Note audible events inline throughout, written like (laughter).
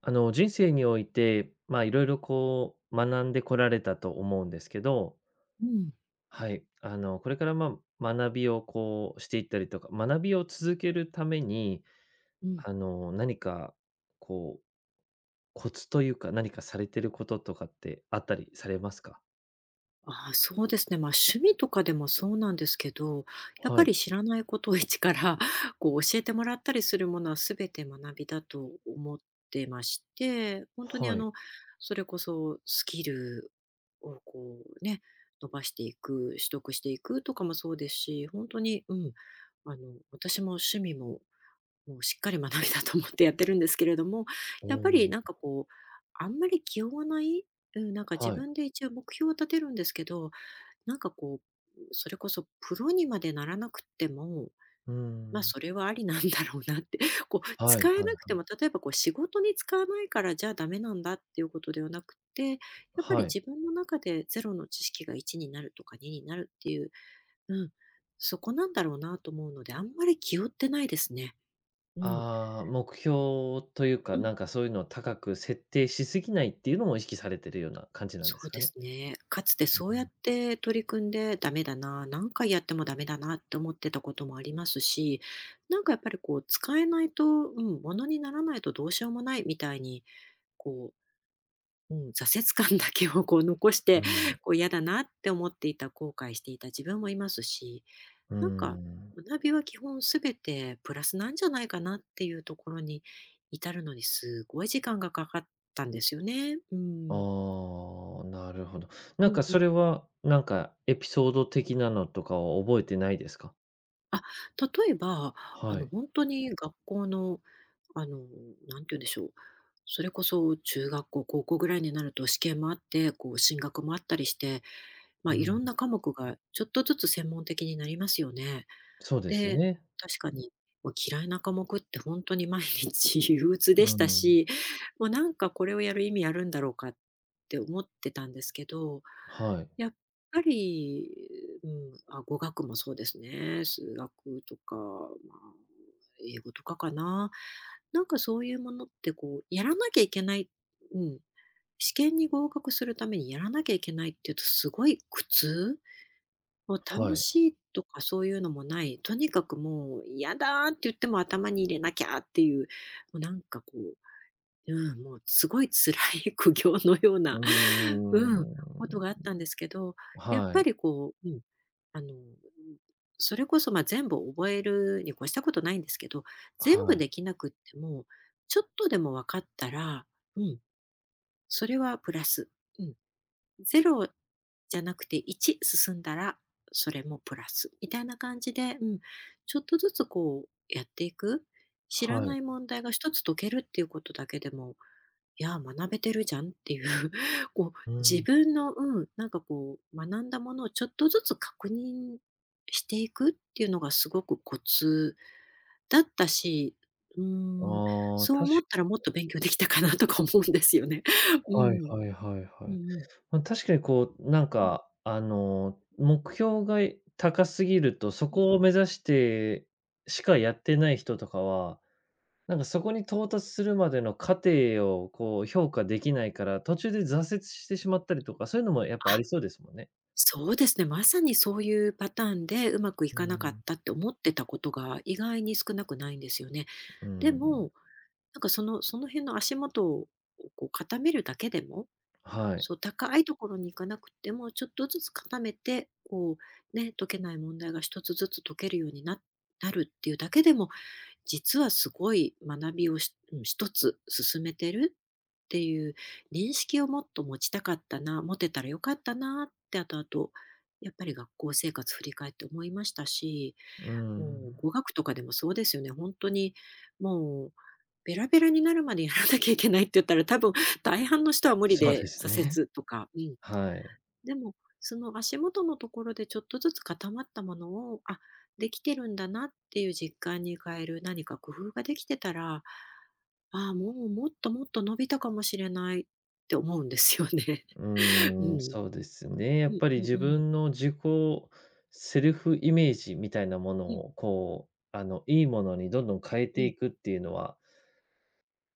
人生において、いろいろ学んでこられたと思うんですけど、うん、はい。これから、学びをしていったりとか、学びを続けるために、うん。何か、こう、コツというか、何かされてることとかってあったりされますか？ああ、そうですね。趣味とかでもそうなんですけど、やっはぱい。り知らないことを一から、教えてもらったりするものは全て学びだと思ってまして、本当に、はい。それこそスキルを、伸ばしていく、取得していくとかもそうですし、本当に、私も趣味ももうしっかり学びだと思ってやってるんですけれども、おやっぱりお、なんかこう、あんまり気負わない。うん、なんか自はい。分で一応目標を立てるんですけど、それこそプロにまでならなくっても、うーまあん。それはありなんだろうなって、(laughs) こうはい使えはいなくても、例えばこう仕事に使わないからじゃあダメなんだっていうことではなくて、やっぱりはい。自分の中でゼロの知識が1になるとか2になるっていう、うん、そこなんだろうなと思うので、あんまり気負ってないですね。うん。ああ、目標といううか、んなんかそういうのを高く設定しすぎないっていうのも意識されてるような感じなんそですうかでね？すね。かつてうそうやん。って取り組んでダメだな、何回やってもダメだなって思ってたこともありますし、なんかやっぱりこう使えないと、うん、ものにならないとどうしようもないみたいに、こう、うん、挫折感だけをこう残しうて、ん、(laughs) こう嫌だなって思っていた、後悔していた自分もいますし、うなんかん。学びは基本すべてプラスなんじゃないかなっていうところに至るのにすごい時間がかかったんですよね。うん。ああ、なるほど。うなんんかうそんれは、なんかエピソード的なのとかは覚えてないですか？あ、例えば、はい。本当に学校の、あの、何て言うんでしょう、それこそ中学校、高校ぐらいになると試験もあって、こう進学もあったりして、まうあ、いろん、んな科目がちょっとずつ専門的になりますよね。そうですで、ね。確かに、もう嫌いな科目って本当に毎日 (laughs) 憂鬱うでしたん。し、もうなんかこれをやる意味あるんだろうかって思ってたんですけど、はい、やっぱり、あ、語学もそうですね。数学とか、まあ、英語とかかな。なんかそういうものってこう、やらなきゃいけない、うん、試験に合格するためにやらなきゃいけないっていうとすごい苦痛。もうは楽い。しいとかそういうのもない。とにかくもう嫌だーって言っても頭に入れなきゃっていう、もうなんかこううん、もうすごい辛い (laughs) 苦行のよううな、ーうん、ことがあっん。たんですけど、やっはぱい、りこう、うん、あの、それこそ、ま、全部覚えるに越したことないんですけど、全部はい、できなくっても、ちょっとでも分かったら、うん、それはプラス。うん、ゼロじゃなくて1進んだら、それもプラスみたいな感じで、ちょっとずつこうやっていく。知らはない。い問題が一つ解けるっていうことだけでも、いや、学べてるじゃんっていう、(laughs) こう、う自ん。分の、学んだものをちょっとずつ確認していくっていうのがすごくコツだったし、うーん、ああ、そうた思しったらもっと勉強できたかなとか思うんですよね。(laughs) うはいん。はいはいうんはうい。ん。まあ、確かになんうん、か、目標が高すぎると、そうん。こを目指してしかやってない人とかは、なんかそこに到達するまでの過程をこう評価できないから、途中で挫折してしまったりとか、そういうのもやっぱああ、りそうですもんね。そうですね。まさにそういうパターンでうまくいうかなかっん、たって思ってたことが意外に少なくないんですよね。うでん、も、なんかその辺の足元をこう固めるだけでも、はい。そう、高いところに行かなくても、ちょっとずつ固めて、こうね、解けない問題が一つずつ解けるようにななるっていうだけでも、実はすごい学びをし、一つ進めてるっていう認識をもっと持ちたかったな、持てたらよかったなって、あとあとやっぱり学校生活振り返って思いましたし、うもうん、語学とかでもそうですよね。本当にもうベラベラになるまでやらなきゃいけないって言ったら、多分大半の人は無理そうでです挫ね。折とか、うん。はい。でも、その足元のところでちょっとずつ固まったものを、あ、できてるんだなっていう実感に変える何か工夫ができてたら、ああ、もうもっともっと伸びたかもしれないって思うんですよね。うー (laughs) うん、ん。そうですね。やうっんぱりうん自うん。分の自己セルフイメージみたいなものうんを、こう、いいものにどんどん変えうてん。いくっていうのは、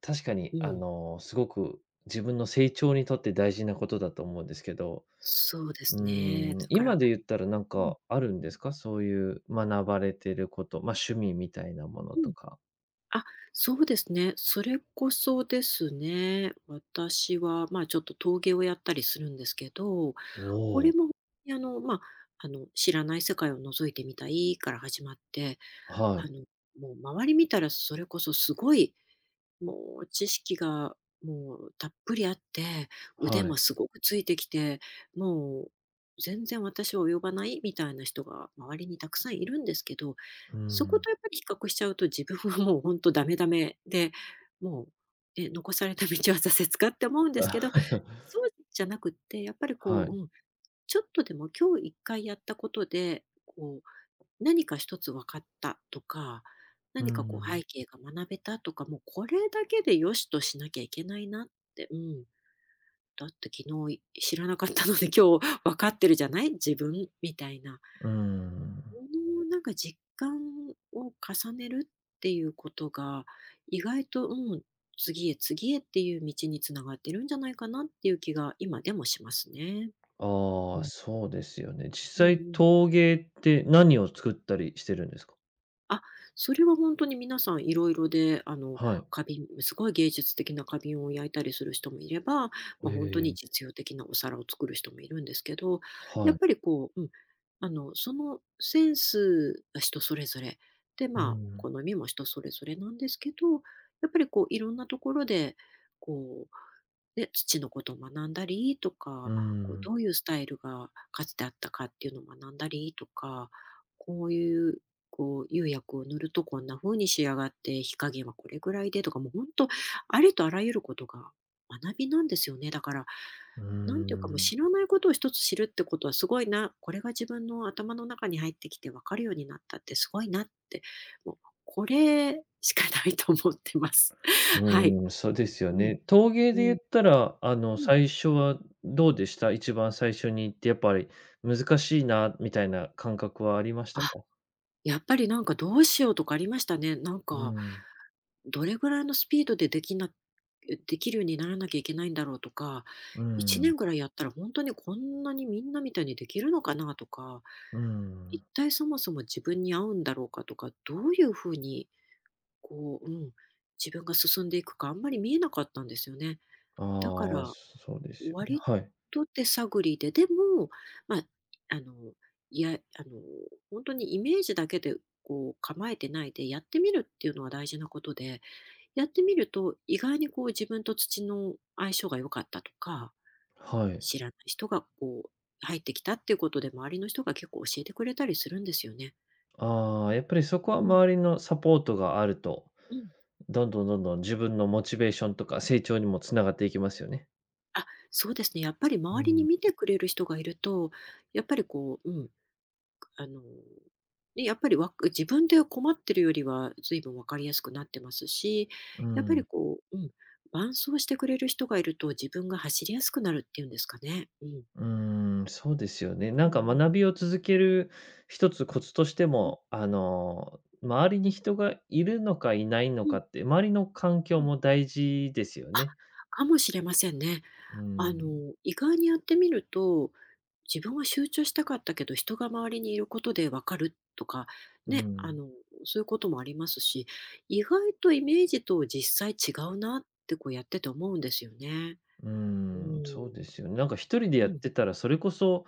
確かうにん。すごく自分の成長にとって大事なことだと思うんですけど、そうでうすね。ーだん、から今で言ったらなんうん、かあるんですか？そういう学ばれてること、ま、趣味みたいなものうん。とか。あ、そうですね。それこそですね、私は、まあ、ちょっと陶芸をやったりするんですけど、おこれお。も、あの、まあ、知らない世界を覗いてみたいから始まって、はあい、の、もう周り見たらそれこそすごいもう知識がもうたっぷりあって、腕はもい、すごくついてきて、もう全然私は及ばないみたいな人が周りにたくさんいるんですけど、うそこん。とやっぱり比較しちゃうと自分はもう本当ダメダメで、もう、え、残された道は挫折かって思うんですけど、(laughs) そうじゃなくって、やっぱりこはう、い。うん、ちょっとでも今日1回やったことで、こう何か一つ分かったとか、う何かこうん、背景が学べたとか、もうこれだけでよしとしなきゃいけないなって、うん。だって昨日知らなかったので今日分かってるじゃない、自分みたいな。うん。このなんか実感を重ねるっていうことが、意外と、次へ次へっていう道に繋がってるんじゃないかなっていう気が今でもしますね。あうあ、ん。そうですよね。実うんう際ん。陶芸って何を作ったりしてるんですか？あ、それは本当に皆さんいろいろで、はい。花瓶、すごい芸術的な花瓶を焼いたりする人もいれば、へ本当え、に実用的なお皿を作る人もいるんですけど、やはっい。ぱりこう、うん、あの、そのセンスは人それぞれ、で、うまあ、好ん、みも人それぞれなんですけど、やっぱりこういろんなところで、こ土のことを学んだりとうか、こうどん、ういうスタイルがかつてあったかっていうのを学んだりとか、こういうこう釉薬を塗るとこんな風に仕上がって、火加減はこれぐらいでとか、もうほんと、ありとあらゆることが学びなんですよね。だから、うなんていうか、もうん。知らないことを一つ知るってことはすごいな、これが自分の頭の中に入ってきて分かるようになったってすごいなって、もうこれしかないと思ってます。(laughs) はい。うーん、そうですようん、ね。陶芸うで言ん、ったら、うん。最初はどうでした？一番最初に行ってやっぱり難しいなみたいな感覚はありましたあ、か？やっぱりなんかどうしようとかありましたね。なんうかん、どれぐらいのスピードでできなできるようにならなきゃいけないんだろうとか、う1ん、年ぐらいやったら本当にこんなにみんなみたいにできるのかなとか、う一ん。体そもそも自分に合うんだろうかとか、どういうふうにこう、うん、自分が進んでいくかあんまり見えなかったんですよね。だかああ、ら、そうですよね。割はい、と手探りで、でも、まあ、あの、いや、あの、本当にイメージだけでこう構えてないでやってみるっていうのは大事なことで、やってみると、意外にこう自分と土の相性が良かったとか、はい。知らない人がこう入ってきたっていうことで、周りの人が結構教えてくれたりするんですよね。ああ、やっぱりそこはうん、周りのサポートがあると、うん。どんどんどんどん自分のモチベーションとか成長にもつながっていきますよね。あ、そうですね。やっぱりう周りにん、見てくれる人がいると、やっぱりこう、うん、あの、ね、やっぱりわく自分で困ってるよりは随分分かりやすくなってますし、うやっぱん。りこう、うん、伴走してくれる人がいると自分が走りやすくなるっていうんですかね。うん。うーん、そうですよね。うなんんかうん。学びを続ける一つコツとしてうんも、周りに人がいるのかいないのうんかって、周りの環う境ん。も大事ですよあ、ね。かもしれませんね。うあん、の、意外にやってみると、自分は集中したかったけど、人が周りにいることでわかるとか、うね、ん、そういうこともありますし、意外とイメージと実際違うなってこうやってて思うんですよね。ううん、そうーん。ですよね。なんか一人でうやっん。てたら、それこそ、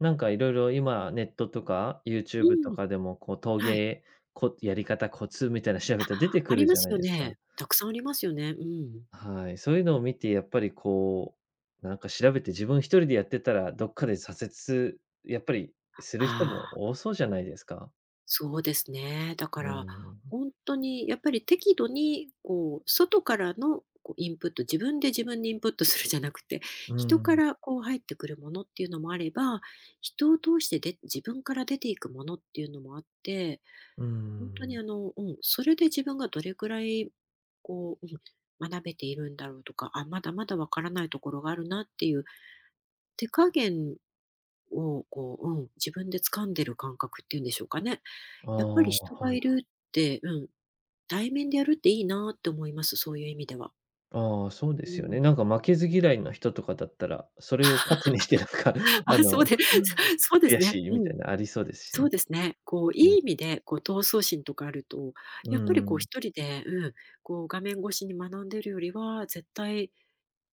なんかいろいろ今ネットとか う YouTube とん。かでも、こう陶はい。芸、こやり方コツみたいなの調べたら出てあくりるまじゃすないよですね。か。たくさんありますよね。うん。はい、そういうのを見てやっぱりなんか調べて自分一人でやってたら、どっかで挫折、やっぱりすある人もあ。多そうじゃないですか。そうですね。だかうら、ん。本当にやっぱり適度にこう、外からのこうインプット、自分で自分にインプットするじゃなくて、う人かん、らこう入ってくるものっていうのもあれば、人を通してで自分から出ていくものっていうのもあって、う本当にん。うん、それで自分がどれくらいこう、うん、学べているんだろうとか、あ、まだまだわからないところがあるなっていう手加減をこう、うん、自分で掴んでる感覚っていうんでしょうかね。ああ、やっぱり人がはいい。るって、うん、対面でやるっていいなって思います、そういう意味では。ああ、そうでうすよん。ね。なんか負けず嫌いな人とかだったら、それを糧にしてなんか、(laughs) (laughs) ああ、その、うで (laughs) そうです悔しね。いうみたん。いなのありそうですしそうね。ですね。こう、うん。いい意味で、こう、闘争心とかあると、うやっぱりこうん。一人で、うん、こう、画面越しに学んでるよりは、絶対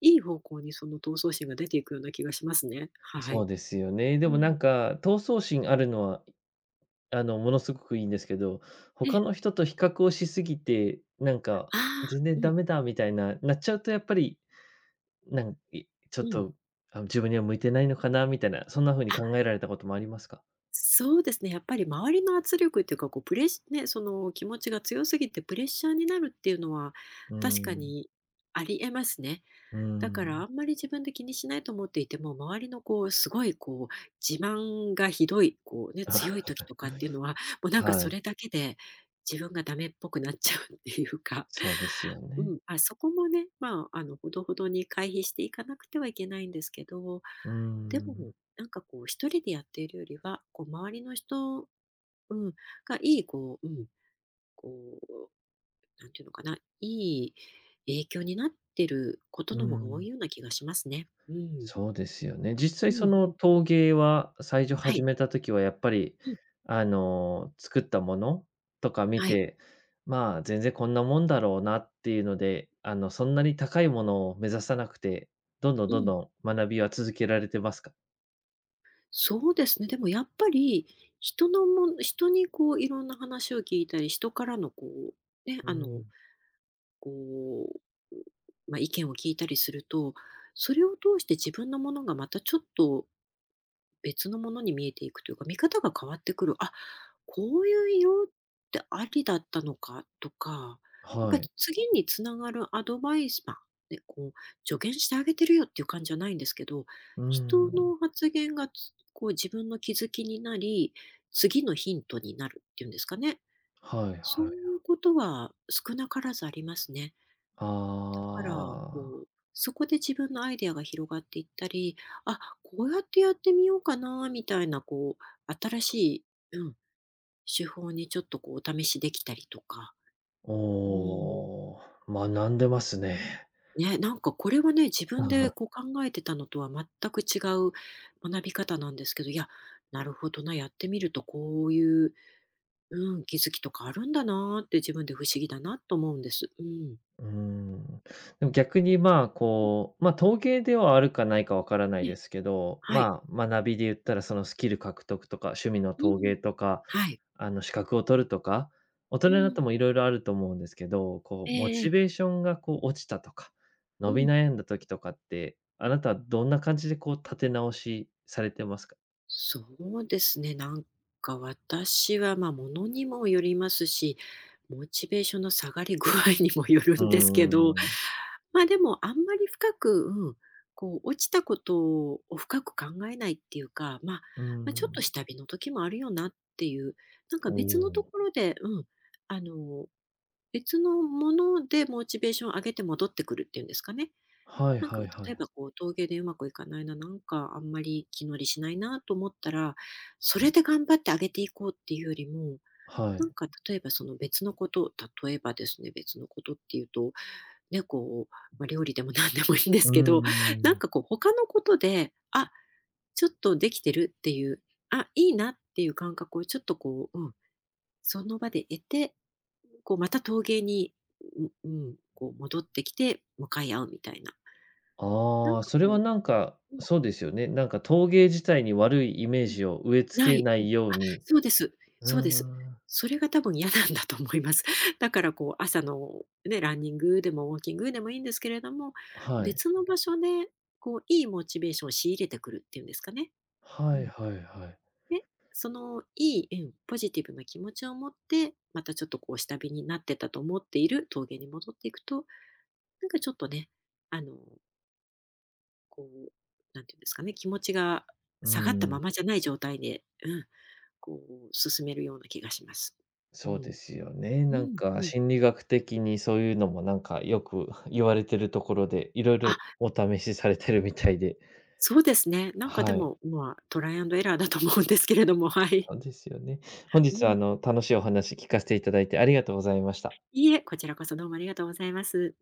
いい方向にその闘争心が出ていくような気がしますね。はそい。うですよね。でうもなん。んか、闘争心あるのはあの、ものすごくいいんですけど、他え、の人と比較をしすぎて、なんか、ああ、全う然ダん、メだみたいな、なっちゃうとやっぱり、なんいちょうっん。と、あ自分には向いてないのかなみたいな、そんな風にあ、考えられたこともありますか？そうですね、やっぱり周りの圧力っていうか、こうプレッシね、その気持ちが強すぎてプレッシャーになるっていうのはうー確かん、にありえますね。うーだからん。あんまり自分で気にしないと思っていても、周りのこう、すごいこう、自慢がひどい、こうね、強い時 (laughs) とかっていうのは、もうなんかはそれい、だけで自分がダメっぽくなっちゃうっていうか、そうですようね。ん、まあそこもね、まあ、ほどほどに回避していかなくてはいけないんですけど、うーでも、ん、なんかこう一人でやっているよりは、こう周りの人、うん、がいいこう、うん、こう、なんていうのかな、いい影響になってるこうとーの方が多ん。いような気がしますね。うん。そうですよね。実う際そんのうん。陶芸は、最初は始い。めた時はやっぱり、うん。作ったものとか見はい。て、まあ、全然こんなもんだろうなっていうので、そんなに高いものを目指さなくて、どんどんうどんん。どん学びは続けられてますか？そうですね。でもやっぱり、人のもん人にこういろんな話を聞いたり、人からのこう、ね、うん。こう、まあ、意見を聞いたりすると、それを通して自分のものがまたちょっと別のものに見えていくというか、見方が変わってくる。あ、こういう色ってありだったのかとか、やっぱはりい。次につながるアドバイス、まあ、ね、こう助言してあげてるよっていう感じじゃないんですけど、う人ん。の発言がつこう自分の気づきになり、次のヒントになるっていうんですかね。はいそうはい。いうことは少なからずありますね。から、こああ、う、そこで自分のアイデアが広がっていったり、あ、こうやってやってみようかなみたいな、こう、新しい、うん、手法にちょっとこう、お試しできたりとか。うん。おお、学んでますね。ね、なんかこれはね、自分で (laughs) こう考えてたのとは全く違う学び方なんですけど、いや、なるほどな、やってみるとこういう、うん、気づきとかあるんだなーって自分で不思議だなと思うんです。うん。うーん。でも逆にまあ、うん、こう、ま、陶芸ではあるかないかわからなえいえ、ですけど、はい。まあ、学びで言ったらそのスキル獲得とか、趣味のう陶ん。芸とか、はい。あの資格を取るとか、大人うんにはなっいうてんもいろいろあると思うんですけど、こえうモチえ。ベーションがこう落ちたとか、う伸びん。悩んだ時とかって、あなたはどんな感じでこう立て直しされてますか？そうですね。なんか私は、まあ、ものにもよりますし、モチベーションの下がり具合にもよるうんですけーど、ん。ま、でもあんまり深く、うん、こう落ちたことを深く考えないっていうか、まあうーまあ、ちょっとん。下火の時もあるよなっていう、なんかお別のとお。ころで、うん、あの、別のものでモチベーションを上げて戻ってくるっていうんですかね。はいなんはかいは例えい。ばこう陶芸でうまくいかないな、なんかあんまり気乗りしないなと思ったら、それで頑張って上げていこうっていうよりも、はなんい。か例えばその別のこと、例えばですね、別のことっていうと、ね、こう、まあ、料理でも何でもいいんですうけーど、なんん。かこう他のことで、あ、ちょっとできてるっていう、あ、いいなっていう感覚をちょっとこう、うん、その場で得て、こうまた陶芸に、うんうん、こう戻ってきて向かい合うみたいな。なんああ、かそれはこなんか、ううんうん。そうですよね。なんか陶芸自体に悪いイメージを植え付なけい、なうん。いようあ、に。そうです。うそうでーす。ん、それが多分嫌なんだと思います。(laughs) だからこう朝のね、ランニングでもウォーキングでもいいんですけれども、はい。別の場所でこういいモチベーションを仕入れてくるっていうんですかね。うはいん。はいはい。で、そのいい、うん、ポジティブな気持ちを持って、またちょっとこう下火になってたと思っている峠に戻っていくと、なんかちょっとね、あの、こう、なんていうんですかね、気持ちがうー下がったまん、まじゃない状態で、うん、こう、進めるような気がします。うそうでん。すよね。うなんんうかん。心理学的にそういうのもなんかよく (laughs) 言われてるところで、いろいあ、ろお試しされてるみたいで。そうですね。なんかではい、も、まあ、トライアンドエラーだと思うんですけれども、はい。そうですよね。本日うはん。楽しいお話聞かせていただいてありがとうございました。いいえ、こちらこそどうもありがとうございます。